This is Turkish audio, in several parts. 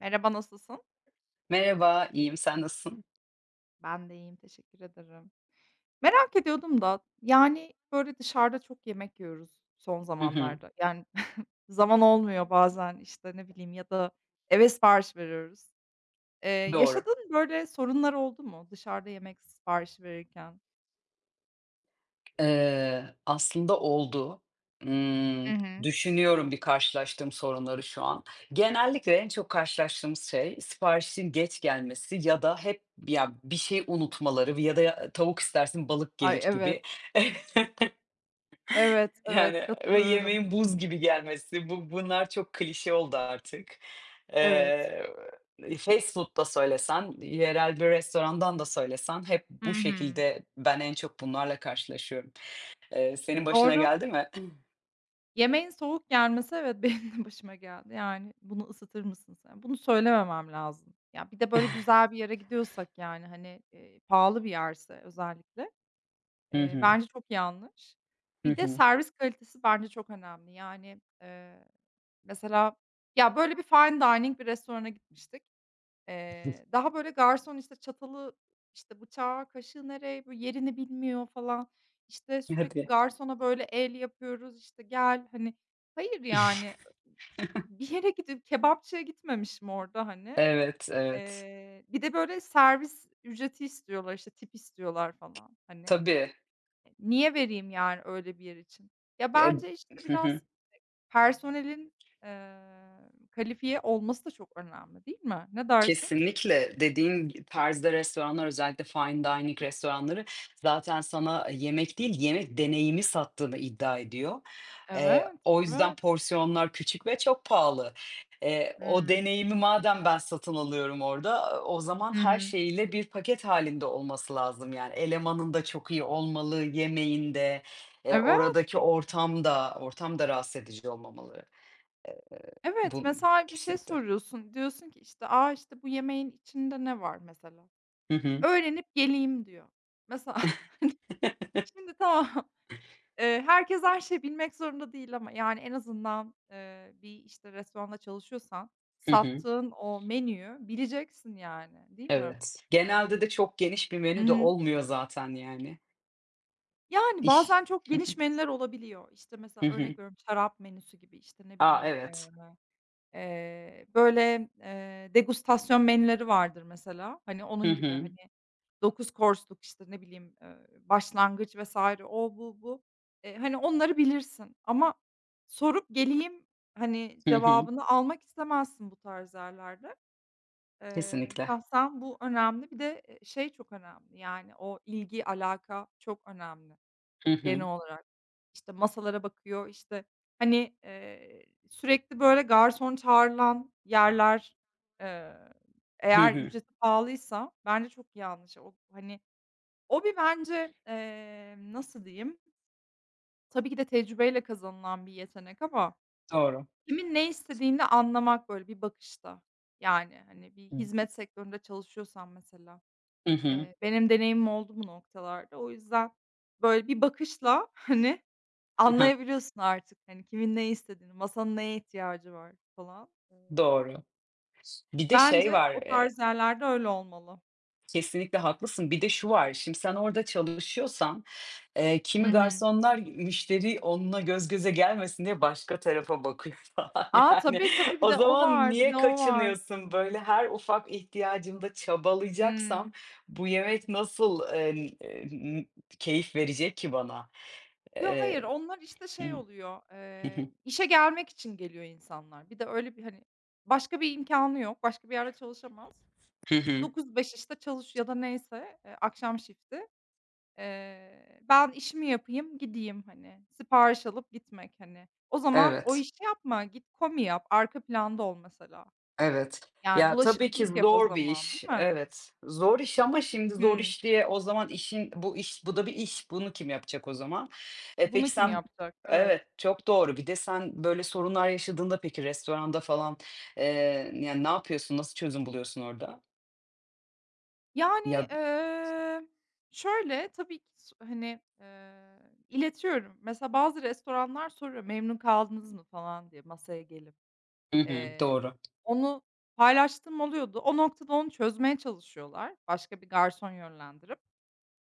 Merhaba, nasılsın? Merhaba, iyiyim. Sen nasılsın? Ben de iyiyim, teşekkür ederim. Merak ediyordum da, yani, böyle, dışarıda çok yemek yiyoruz son Hı hı. zamanlarda. Yani, zaman olmuyor bazen, işte, ne bileyim ya da eve sipariş veriyoruz. Eee, Doğru. yaşadığın, böyle, sorunlar oldu mu dışarıda yemek siparişi verirken? Aslında oldu. Imm, Hı hı. Düşünüyorum bir karşılaştığım sorunları şu an. Genellikle en çok karşılaştığımız şey siparişin geç gelmesi ya da hep ya, bir şey unutmaları ya da tavuk istersin balık Ay, gelir evet, gibi. evet, evet, Yani ve katılıyorum. yemeğin buz gibi gelmesi, bunlar çok klişe oldu artık. Evet. Eee, Fast food da söylesen, yerel bir restorandan da söylesen hep Hı bu hı. şekilde ben en çok bunlarla karşılaşıyorum. Senin başına Doğru. geldi mi? Yemeğin soğuk gelmesi, evet, benim de başıma geldi. Yani, "Bunu ısıtır mısın sen?" Bunu söylememem lazım. Ya, bir de böyle güzel bir yere gidiyorsak, yani, hani, pahalı bir yerse özellikle, Hı hı. bence çok yanlış. Hı Bir de hı. servis kalitesi bence çok önemli. Yani, mesela, ya, böyle bir fine dining bir restorana gitmiştik. Daha böyle garson, işte, çatalı, işte, bıçağı, kaşığı nereye, böyle, yerini bilmiyor falan. İşte, sürekli Hadi. garsona, böyle, el yapıyoruz, işte, "Gel." Hani, hayır, yani, bir yere gidip kebapçıya gitmemişim orada, hani. Evet, evet. Bir de, böyle, servis ücreti istiyorlar, işte, tip istiyorlar falan, hani. Tabii. Niye vereyim, yani, öyle bir yer için? Ya, Ed bence, işte, Hı hı. biraz personelin, eee, kalifiye olması da çok önemli, değil mi? Ne dersin? Kesinlikle. Dediğin tarzda restoranlar, özellikle fine dining restoranları zaten sana yemek değil, yemek deneyimi sattığını iddia ediyor. Evet, O yüzden evet. porsiyonlar küçük ve çok pahalı. O Hıı. deneyimi madem ben satın alıyorum orada, o zaman Hı her hı. şeyle bir paket halinde olması lazım. Yani elemanın da çok iyi olmalı, yemeğin de, Evet, oradaki ortam da, ortam da rahatsız edici olmamalı. evet. Bu Mesela bir şey Kesinlikle. soruyorsun. Diyorsun ki, işte, "A, işte, bu yemeğin içinde ne var?" mesela. Hı hı. "Öğrenip geleyim." diyor. Mesela şimdi tamam, herkes her şeyi bilmek zorunda değil ama, yani, en azından, bir, işte, restoranda çalışıyorsan Hı hı. sattığın o menüyü bileceksin, yani, değil mi? Evet. Genelde de çok geniş bir Hı menü de hı. olmuyor zaten yani. Yani, İş bazen çok Hı hı. geniş menüler olabiliyor. İşte, mesela Hı hı. örnek veriyorum şarap menüsü gibi, işte, ne A, bileyim. evet. Böyle, degustasyon menüleri vardır mesela. Hani, Hı onun gibi, hı. hani, 9 course'luk, işte, ne bileyim, başlangıç vs. O, bu, bu. Hani, onları bilirsin ama sorup geleyim, hani, Hı hı. cevabını almak istemezsin bu tarz yerlerde. Eee, Kesinlikle. şahsen bu önemli. Bir de, şey çok önemli, yani, o ilgi, alaka çok önemli Hı genel hı. olarak. İşte, masalara bakıyor, işte, hani, sürekli böyle garson çağrılan yerler, eee, Hı eğer hı. ücreti pahalıysa bence çok yanlış. O, hani, o bir bence, nasıl diyeyim, tabii ki de tecrübeyle kazanılan bir yetenek ama Doğru. kimin ne istediğini anlamak böyle bir bakışta. Yani, hani, bir hizmet sektöründe çalışıyorsan mesela, Hı hı. Benim deneyimim oldu bu noktalarda. O yüzden böyle bir bakışla, hani, Hı anlayabiliyorsun artık, hani, kimin ne istediğini, masanın neye ihtiyacı var falan. Eee, Doğru. Bir de şey bence var, o tarz yerlerde öyle olmalı. kesinlikle haklısın. Bir de şu var, şimdi sen orada çalışıyorsan. I Kimi hı. garsonlar müşteri onunla göz göze gelmesin diye başka tarafa bakıyor falan A, yani. tabii, tabii, bir O de o zaman var, bir niye de o var. kaçınıyorsun? Böyle her ufak ihtiyacımda çabalayacaksam Hımm. bu yemek nasıl, keyif verecek ki bana? Yo, hayır, Eee onlar, işte, hı. şey oluyor, Hı hı. işe gelmek için geliyor insanlar. Bir de öyle bir, hani, başka bir imkânı yok, başka bir yerde çalışamaz. Hı hı. 09.00-17.00, işte, çalış ya da neyse, akşam shifti. Ben işimi yapayım, gideyim, hani, sipariş alıp gitmek, hani. O zaman o Evet. işi yapma, git komi yap, arka planda ol mesela. Evet. Yani, Ya, tabii ki bulaşıkçılık yap o zor bir zaman, değil iş. mi? Evet. Zor iş ama şimdi zor Hımm. iş diye o zaman işin bu iş bu da bir iş. Bunu kim yapacak o zaman? E, Bunu peki kim sen yapacak? Evet. Evet, çok doğru. Bir de sen böyle sorunlar yaşadığında peki restoranda falan, yani, ne yapıyorsun? Nasıl çözüm buluyorsun orada? Yani, Ya şöyle, tabii ki hani, iletiyorum. Mesela bazı restoranlar soruyor, "Memnun kaldınız mı?" falan diye masaya gelip. Hı hı. Eee, Doğru. onu paylaştığım oluyordu. O noktada onu çözmeye çalışıyorlar başka bir garson yönlendirip.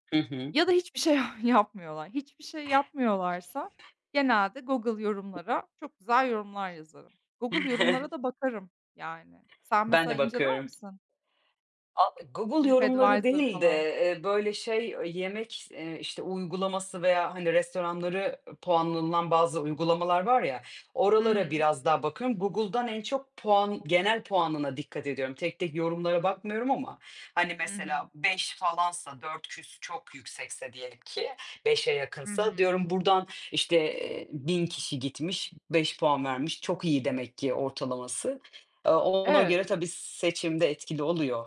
Hı hı. Ya da hiçbir şey yapmıyorlar. Hiçbir şey yapmıyorlarsa genelde Google yorumlara çok güzel yorumlar yazarım. Google yorumlara da bakarım yani. Sen Ben mesela de inceler bakıyorum. misin? A Google yorumları TripAdvisor değil de, falan. Böyle şey, yemek, işte, uygulaması veya, hani, restoranları puanlanan bazı uygulamalar var ya, Hı oralara hı. biraz daha bakıyorum. Google'dan en çok puan genel puanına dikkat ediyorum. Tek tek yorumlara bakmıyorum ama, hani, Hı hı. mesela 5 falansa, 4 küsur çok yüksekse diyelim ki beşe Hı yakınsa hı. diyorum buradan, işte, 1000 kişi gitmiş, 5 puan vermiş, çok iyi demek ki ortalaması. Ona Evet. göre tabii seçimde etkili oluyor.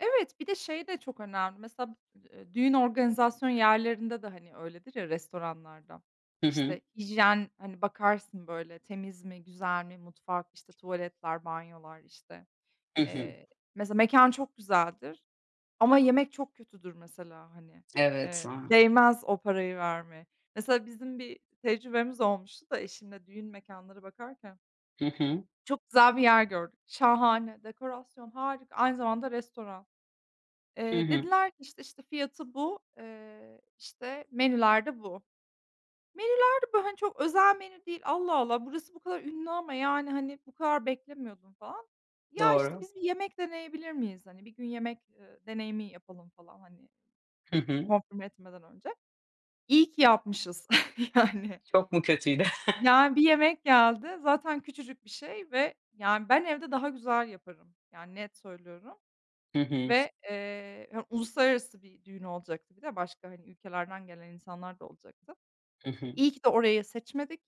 Evet, bir de şey de çok önemli. Mesela, düğün organizasyon yerlerinde de, hani, öyledir ya restoranlarda. Hı hı. İşte, hijyen, hani, bakarsın böyle temiz mi, güzel mi mutfak, işte, tuvaletler, banyolar, işte. Hı hı. Eee, mesela mekan çok güzeldir. Ama yemek çok kötüdür mesela, hani. Evet. Eee, A! değmez o parayı vermeye. Mesela bizim bir tecrübemiz olmuştu da eşimle düğün mekanları bakarken Hı hı. çok güzel bir yer gördük. Şahane, dekorasyon harika, aynı zamanda restoran. Hı Eee, hı. dediler ki, işte, "Fiyatı bu, işte, menüler de bu." Menüler de, böyle, hani, çok özel menü değil. Allah Allah, burası bu kadar ünlü ama, yani, hani, bu kadar beklemiyordum falan. "Ya, işte, Doğru. biz bir yemek deneyebilir miyiz? Hani, bir gün yemek, deneyimi yapalım." falan, hani. Hı hı. Konfirme etmeden önce. İyi ki yapmışız yani. Çok mu kötüydü? Yani, bir yemek geldi, zaten küçücük bir şey ve, yani, ben evde daha güzel yaparım. Yani, net söylüyorum Hı hı. ve, hani, uluslararası bir düğün olacaktı bir de başka, hani, ülkelerden gelen insanlar da olacaktı. Hı E, hı. iyi ki de orayı seçmedik.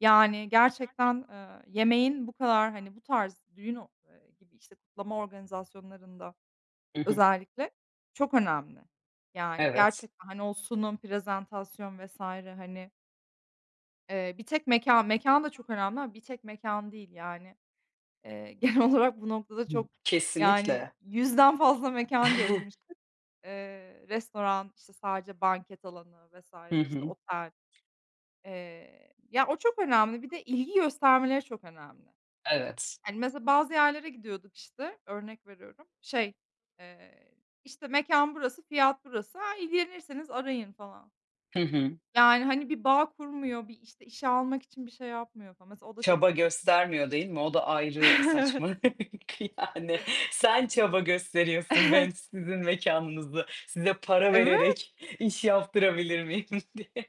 Yani, gerçekten, yemeğin bu kadar, hani, bu tarz düğün o gibi, işte, kutlama organizasyonlarında Hı hı. özellikle çok önemli. Yani, Evet. gerçekten, hani, o sunum, prezentasyon vs. hani, bir tek mekan da çok önemli ama bir tek mekan değil, yani. Eee, genel olarak bu noktada çok, yani, Kesinlikle. 100'den fazla mekan gezmiştik. Restoran, işte, sadece banket alanı Hı vesaire işte, hı. otel. Ya, o çok önemli. Bir de ilgi göstermeleri çok önemli. Evet. Yani, mesela bazı yerlere gidiyorduk, işte, örnek veriyorum. Şey, eee, işte, mekan burası, fiyat burası. A, ilgilenirseniz arayın." falan. Hı hı. Yani, hani, bir bağ kurmuyor, bir, işte, işe almak için bir şey yapmıyor falan. Mesela o da çok Çaba dikkatimi göstermiyor değil çekmişti. mi? O da ayrı Evet. saçma. Yani sen çaba gösteriyorsun, Evet. ben sizin mekanınızı size para Evet. vererek iş yaptırabilir miyim diye.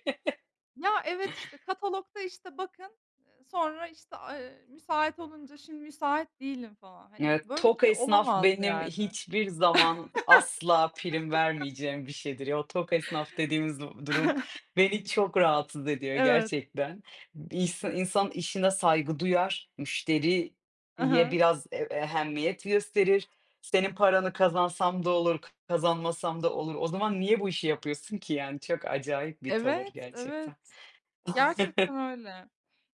Ya, evet, işte, katalogda, işte, bakın, sonra, işte, a müsait olunca "Şimdi müsait değilim." falan. Hani, Evet, böyle bir tok şey esnaf olamaz benim yani. hiçbir zaman asla prim vermeyeceğim bir şeydir. Ya, o tok esnaf dediğimiz durum beni çok rahatsız ediyor Evet. gerçekten. İnsan işine saygı duyar, müşteriye Hı. biraz ehemmiyet gösterir. Senin paranı kazansam da olur, kazanmasam da olur. O zaman niye bu işi yapıyorsun ki yani? Çok acayip bir tavır Evet, evet. gerçekten. Gerçekten öyle.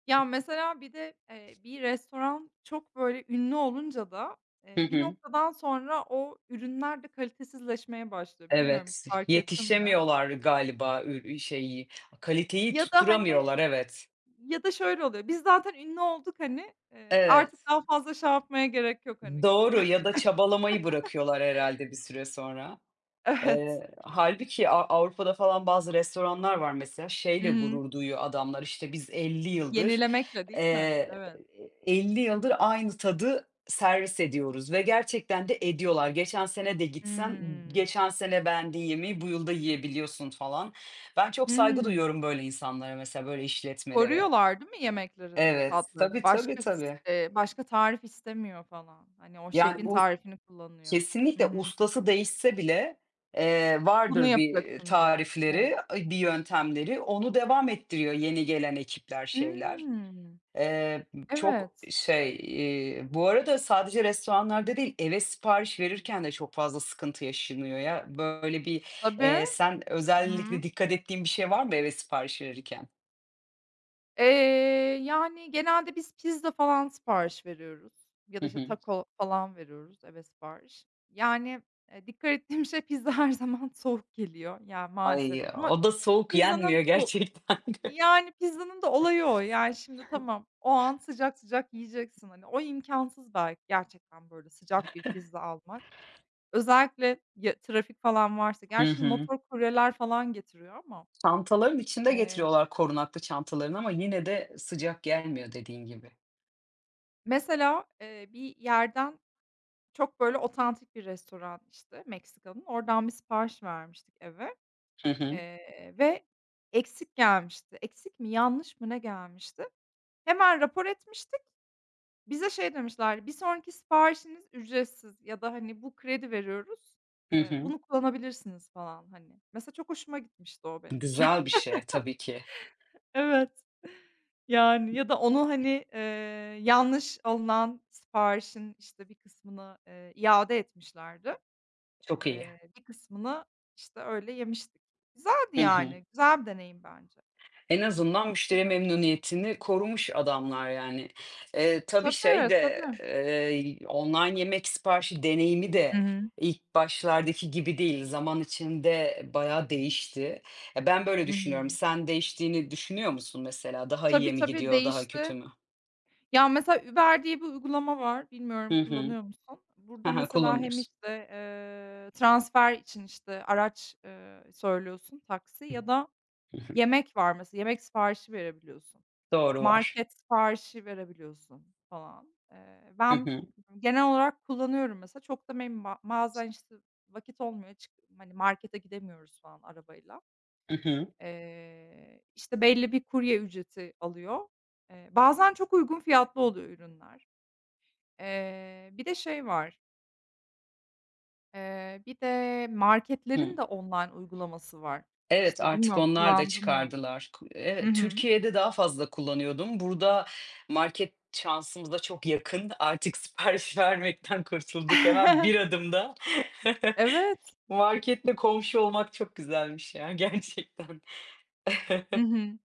Ya, mesela bir de, bir restoran çok, böyle, ünlü olunca da, Hı bir hı. noktadan sonra o ürünler de kalitesizleşmeye başlıyor. Bilmiyorum hiç Evet, fark ettin mi? yetişemiyorlar galiba şeyi, kaliteyi Ya da, hani, tutturamıyorlar, evet. ya da şöyle oluyor, biz zaten ünlü olduk, hani, Evet, artık daha fazla şey yapmaya gerek yok, hani, gibi doğru böyle. ya da çabalamayı bırakıyorlar herhalde bir süre sonra. Evet. Hâlbuki Avrupa'da falan bazı restoranlar var mesela, Hı şeyle hı. gurur duyuyor adamlar, işte, "Biz 50 yıldır, Yenilemekle değil mi? eee, Evet. 50 yıldır aynı tadı servis ediyoruz." ve gerçekten de ediyorlar. Geçen sene de gitsen, Hımm. geçen sene beğendiğin yemeği bu yılda yiyebiliyorsun falan. Ben çok saygı Hımm. duyuyorum böyle insanlara mesela, böyle işletmelere. Koruyorlar değil mi yemeklerini, Evet, tatlarını? tabii, tabii, Başka tabii. eee, başka tarif istemiyor falan. Hani, o Yani şefin bu tarifini kullanıyor. Hı Kesinlikle hı. ustası değişse bile, Bunu vardır bir yapacaksın diyor. Evet. tarifleri, bir yöntemleri. Onu devam ettiriyor yeni gelen ekipler, şeyler. Hımm. Eee, çok Evet. şey, Bu arada sadece restoranlarda değil, eve sipariş verirken de çok fazla sıkıntı yaşanıyor ya. Böyle bir, Tabii. Sen Hı özellikle hı. dikkat ettiğin bir şey var mı eve sipariş verirken? Eee, yani, genelde biz pizza falan sipariş veriyoruz ya da, Hı işte, hı. taco falan veriyoruz eve sipariş. Yani, dikkat ettiğim şey pizza her zaman soğuk geliyor. Ya, maalesef Ay, ama, o da soğuk yenmiyor pizzanın bu, gerçekten. yani, pizzanın da olayı o. Yani, şimdi tamam, o an sıcak sıcak yiyeceksin. Hani, o imkansız belki gerçekten, böyle, sıcak bir pizza almak. Özellikle ya trafik falan varsa. Hı Gerçi şimdi hı. motor kuryeler falan getiriyor ama, Çantaların içinde eee, getiriyorlar korunaklı çantalarını ama yine de sıcak gelmiyor dediğin gibi. mesela, bir yerden çok, böyle, otantik bir restoran, işte, Meksika'nın. Oradan bir sipariş vermiştik eve, Hı hı. Ve eksik gelmişti. Eksik mi, yanlış mı ne gelmişti? Hemen rapor etmiştik. Bize şey demişler, "Bir sonraki siparişiniz ücretsiz ya da, hani, bu kredi veriyoruz, Hı hı. bunu kullanabilirsiniz." falan, hani. Mesela çok hoşuma gitmişti o benim. Güzel bir şey tabii ki. Evet. Yani ya da onu, hani, yanlış alınan siparişin, işte, bir kısmını, iade etmişlerdi. Çok iyi. Bir kısmını, işte, öyle yemiştik. Güzeldi Hı hı. yani. Güzel bir deneyim bence. En azından müşteri memnuniyetini korumuş adamlar yani. Tabii şey Tabii, de, tabii. Online yemek siparişi deneyimi Hı de hı. ilk başlardaki gibi değil. Zaman içinde bayağı değişti. Ya, ben böyle Hı düşünüyorum. hı. Sen değiştiğini düşünüyor musun mesela? Daha iyiye Tabii, mi tabii gidiyor, daha kötü değişti. mü? Ya, mesela Uber diye bir uygulama var. Bilmiyorum Hı hı. Kullanıyor musun? Burada mesela hem, Kullanıyoruz. işte, transfer için, işte, araç, söylüyorsun, taksi ya da Hı hı. yemek var mesela. Yemek siparişi verebiliyorsun. Doğru var. Market siparişi verebiliyorsun falan. Eee, Hı ben hı. genel olarak kullanıyorum mesela. Çok da memnunum. Bazen, işte, vakit olmuyor, çık hani, markete gidemiyoruz falan arabayla. Hı hı. İşte, belli bir kurye ücreti alıyor. Bazen çok uygun fiyatlı oluyor ürünler. Bir de şey var, bir de Hı. marketlerin de online uygulaması var. Evet, İşte, artık bilmiyorum onlar da kullandın mı? çıkardılar. Hı Evet, hı. Türkiye'de daha fazla kullanıyordum. Burada market şansımıza çok yakın. Artık sipariş vermekten kurtulduk. Hemen bir adımda Evet. marketle komşu olmak çok güzelmiş ya gerçekten. Hı hı.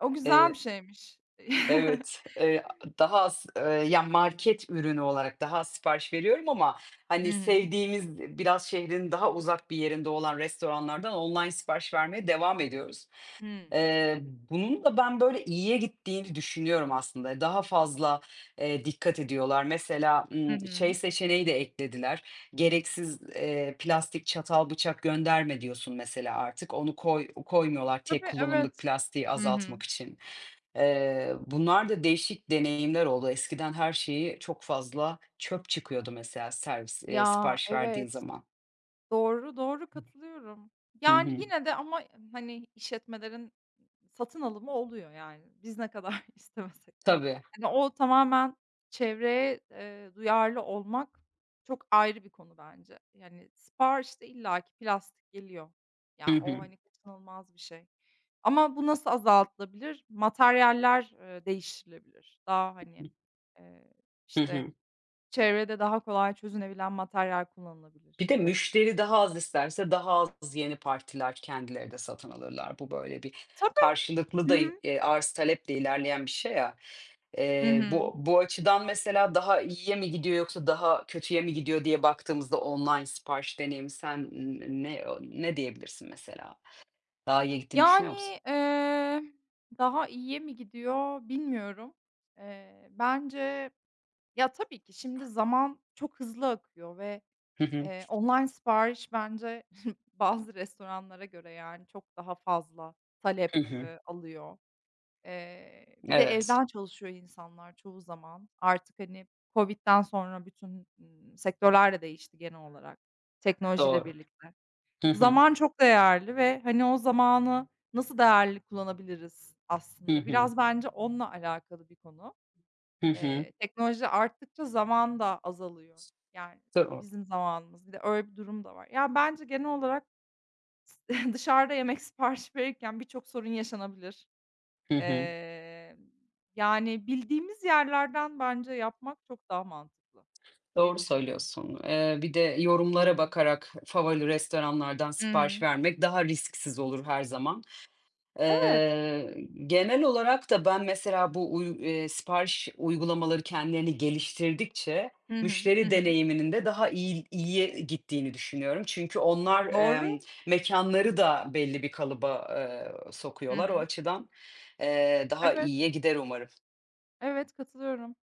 O güzel bir Eee şeymiş. Evet, ya, market ürünü olarak daha az sipariş veriyorum ama, Hı hani, hı. sevdiğimiz biraz şehrin daha uzak bir yerinde olan restoranlardan online sipariş vermeye devam ediyoruz. Hımm. Eee, Bunun da ben böyle iyiye gittiğini düşünüyorum aslında. Daha fazla, dikkat ediyorlar. Mesela, Hı şey hı. seçeneği de eklediler. Gereksiz, plastik çatal bıçak gönderme diyorsun mesela artık. Onu koymuyorlar tek Tabii, kullanımlık evet. plastiği Hı hı. azaltmak için. Bunlar da değişik deneyimler oldu. Eskiden her şeyi çok fazla çöp çıkıyordu mesela servis, Ya, sipariş verdiğin evet. zaman. Doğru, doğru katılıyorum. Hı Yani, hı. yine de ama, hani, işletmelerin satın alımı oluyor yani. Biz ne kadar istemesek de. Tabii. Hani, o tamamen çevreye, duyarlı olmak çok ayrı bir konu bence. Yani, siparişte illaki plastik geliyor. Hı Yani o, hı. hani, kaçınılmaz bir şey. Ama bu nasıl azaltılabilir? Materyaller, değiştirilebilir. Daha, hani, eee, Hı işte, hı. çevrede daha kolay çözünebilen materyal kullanılabilir Bir de gibi. müşteri daha az isterse daha az yeni partiler kendileri de satın alırlar. Bu böyle bir karşılıklı Hı da, hı. Arz taleple ilerleyen bir şey ya. Hı hı. Bu açıdan mesela daha iyiye mi gidiyor yoksa daha kötüye mi gidiyor diye baktığımızda online sipariş deneyimi sen ne diyebilirsin mesela? Daha iyiye gittiğini düşünüyor musun? Yani, daha iyiye mi gidiyor bilmiyorum. Bence ya, tabii ki şimdi zaman çok hızlı akıyor ve, Hı hı. Online sipariş bence bazı restoranlara göre, yani, çok daha fazla talep, Hı hı. Alıyor. Bir de Evet, evden çalışıyor insanlar çoğu zaman. Artık, hani, COVID'den sonra bütün, sektörler de değişti genel olarak teknolojiyle doğru. birlikte. Hı hı. Zaman çok değerli ve, hani, o zamanı nasıl değerli kullanabiliriz Hı aslında? hı. Biraz bence onunla alakalı bir konu. Hı hı. Teknoloji arttıkça zaman da azalıyor. Yani, Doğru. bizim zamanımız. Bir de öyle bir durum da var. Ya, bence genel olarak dışarıda yemek sipariş verirken birçok sorun yaşanabilir. Hı hı. Eee, yani, bildiğimiz yerlerden bence yapmak çok daha mantıklı diye Doğru düşünüyorum. söylüyorsun. Bir de yorumlara bakarak favori restoranlardan sipariş Imm. vermek daha risksiz olur her zaman. Evet. Eee, Genel olarak da ben mesela bu uy sipariş uygulamaları kendilerini geliştirdikçe Hı hı. Hı müşteri hı. deneyiminin de daha iyi iyiye gittiğini düşünüyorum. Çünkü onlar, Doğru. Mekânları da belli bir kalıba, Hı sokuyorlar. O hı. açıdan, daha Evet. iyiye gider umarım. Evet, katılıyorum.